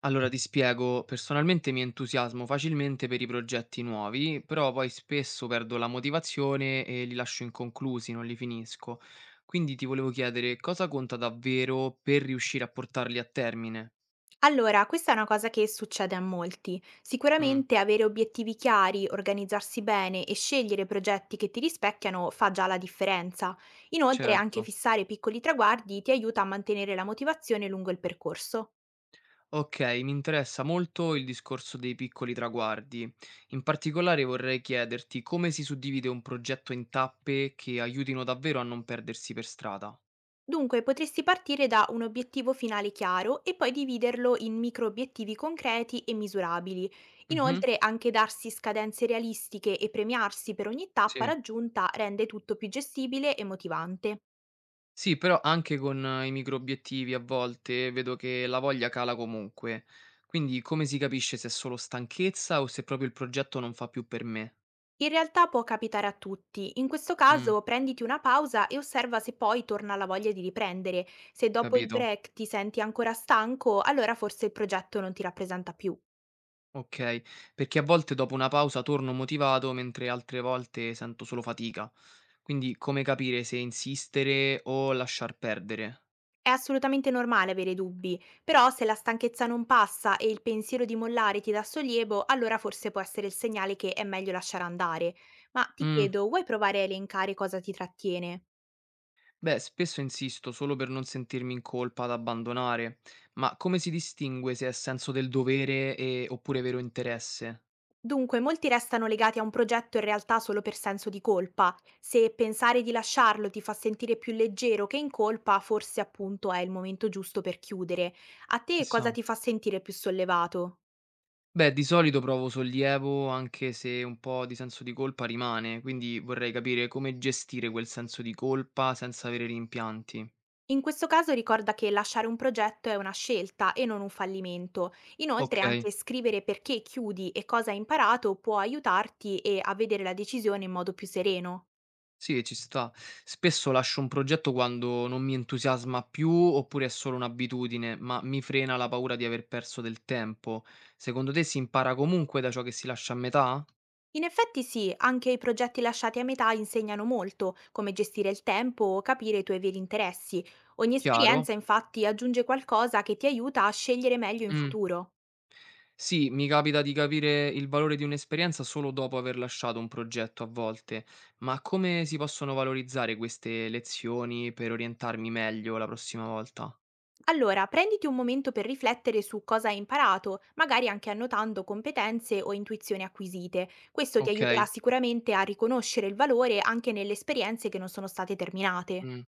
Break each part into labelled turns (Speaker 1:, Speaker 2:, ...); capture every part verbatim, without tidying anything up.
Speaker 1: Allora ti spiego, personalmente mi entusiasmo facilmente per i progetti nuovi, però poi spesso perdo la motivazione e li lascio inconclusi, non li finisco. Quindi ti volevo chiedere cosa conta davvero per riuscire a portarli a termine?
Speaker 2: Allora, questa è una cosa che succede a molti.
Speaker 1: Mm,
Speaker 2: Sicuramente avere obiettivi chiari, organizzarsi bene e scegliere progetti che ti rispecchiano fa già la differenza. Inoltre, anche
Speaker 1: certo.
Speaker 2: fissare piccoli traguardi ti aiuta a mantenere la motivazione lungo il percorso.
Speaker 1: Ok, mi interessa molto il discorso dei piccoli traguardi. In particolare vorrei chiederti come si suddivide un progetto in tappe che aiutino davvero a non perdersi per strada.
Speaker 2: Dunque, potresti partire da un obiettivo finale chiaro e poi dividerlo in micro obiettivi concreti e misurabili.
Speaker 1: Mhm,
Speaker 2: Inoltre, anche darsi scadenze realistiche e premiarsi per ogni tappa
Speaker 1: sì.
Speaker 2: raggiunta rende tutto più gestibile e motivante.
Speaker 1: Sì, però anche con eh, i microobiettivi a volte vedo che la voglia cala comunque. Quindi come si capisce se è solo stanchezza o se proprio il progetto non fa più per me?
Speaker 2: In realtà può capitare a tutti. In questo
Speaker 1: Mm,
Speaker 2: caso prenditi una pausa e osserva se poi torna la voglia di riprendere. Se dopo il
Speaker 1: capito.
Speaker 2: break ti senti ancora stanco, allora forse il progetto non ti rappresenta più.
Speaker 1: Ok, perché a volte dopo una pausa torno motivato, mentre altre volte sento solo fatica. Quindi come capire se insistere o lasciar perdere?
Speaker 2: È assolutamente normale avere dubbi, però se la stanchezza non passa e il pensiero di mollare ti dà sollievo, allora forse può essere il segnale che è meglio lasciare andare. Ma ti
Speaker 1: Mm,
Speaker 2: chiedo, vuoi provare a elencare cosa ti trattiene?
Speaker 1: beh, spesso insisto solo per non sentirmi in colpa ad abbandonare, ma come si distingue se è senso del dovere e- oppure vero interesse?
Speaker 2: Dunque, molti restano legati a un progetto in realtà solo per senso di colpa. Se pensare di lasciarlo ti fa sentire più leggero che in colpa, forse appunto è il momento giusto per chiudere. A te cosa
Speaker 1: Chissà.
Speaker 2: ti fa sentire più sollevato?
Speaker 1: Beh, di solito provo sollievo anche se un po' di senso di colpa rimane, quindi vorrei capire come gestire quel senso di colpa senza avere rimpianti.
Speaker 2: In questo caso ricorda che lasciare un progetto è una scelta e non un fallimento. Inoltre
Speaker 1: Ok,
Speaker 2: anche scrivere perché chiudi e cosa hai imparato può aiutarti e a vedere la decisione in modo più sereno.
Speaker 1: sì, ci sta. Spesso lascio un progetto quando non mi entusiasma più oppure è solo un'abitudine, ma mi frena la paura di aver perso del tempo. Secondo te si impara comunque da ciò che si lascia a metà?
Speaker 2: In effetti sì, anche i progetti lasciati a metà insegnano molto, come gestire il tempo o capire i tuoi veri interessi. Ogni
Speaker 1: Chiaro?
Speaker 2: esperienza infatti aggiunge qualcosa che ti aiuta a scegliere meglio in
Speaker 1: Mm.
Speaker 2: futuro.
Speaker 1: Sì, mi capita di capire il valore di un'esperienza solo dopo aver lasciato un progetto a volte, ma come si possono valorizzare queste lezioni per orientarmi meglio la prossima volta?
Speaker 2: Allora, prenditi un momento per riflettere su cosa hai imparato, magari anche annotando competenze o intuizioni acquisite. Questo ti aiuterà
Speaker 1: Ok,
Speaker 2: sicuramente a riconoscere il valore anche nelle esperienze che non sono state terminate.
Speaker 1: mm.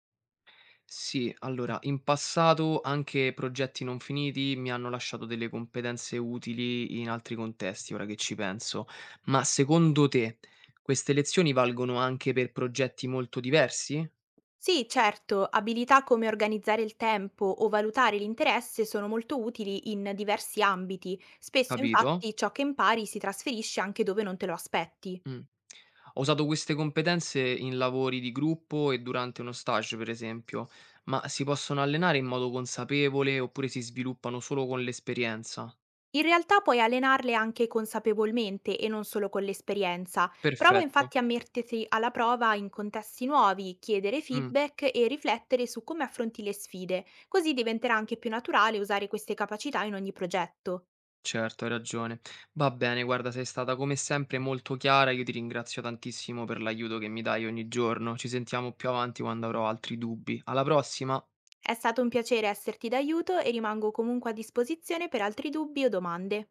Speaker 1: Sì, allora, in passato anche progetti non finiti mi hanno lasciato delle competenze utili in altri contesti, ora che ci penso. Ma secondo te queste lezioni valgono anche per progetti molto diversi?
Speaker 2: Sì, certo, abilità come organizzare il tempo o valutare l'interesse sono molto utili in diversi ambiti. Spesso
Speaker 1: Capito?
Speaker 2: infatti ciò che impari si trasferisce anche dove non te lo aspetti.
Speaker 1: Mh. Ho usato queste competenze in lavori di gruppo e durante uno stage, per esempio, ma si possono allenare in modo consapevole oppure si sviluppano solo con l'esperienza?
Speaker 2: In realtà puoi allenarle anche consapevolmente e non solo con l'esperienza. Prova
Speaker 1: Perfetto.
Speaker 2: infatti a metterti alla prova in contesti nuovi, chiedere
Speaker 1: Mh,
Speaker 2: feedback e riflettere su come affronti le sfide, così diventerà anche più naturale usare queste capacità in ogni progetto.
Speaker 1: certo, hai ragione. Va bene, guarda, sei stata come sempre molto chiara, io ti ringrazio tantissimo per l'aiuto che mi dai ogni giorno. Ci sentiamo più avanti quando avrò altri dubbi. Alla prossima!
Speaker 2: È stato un piacere esserti d'aiuto e rimango comunque a disposizione per altri dubbi o domande.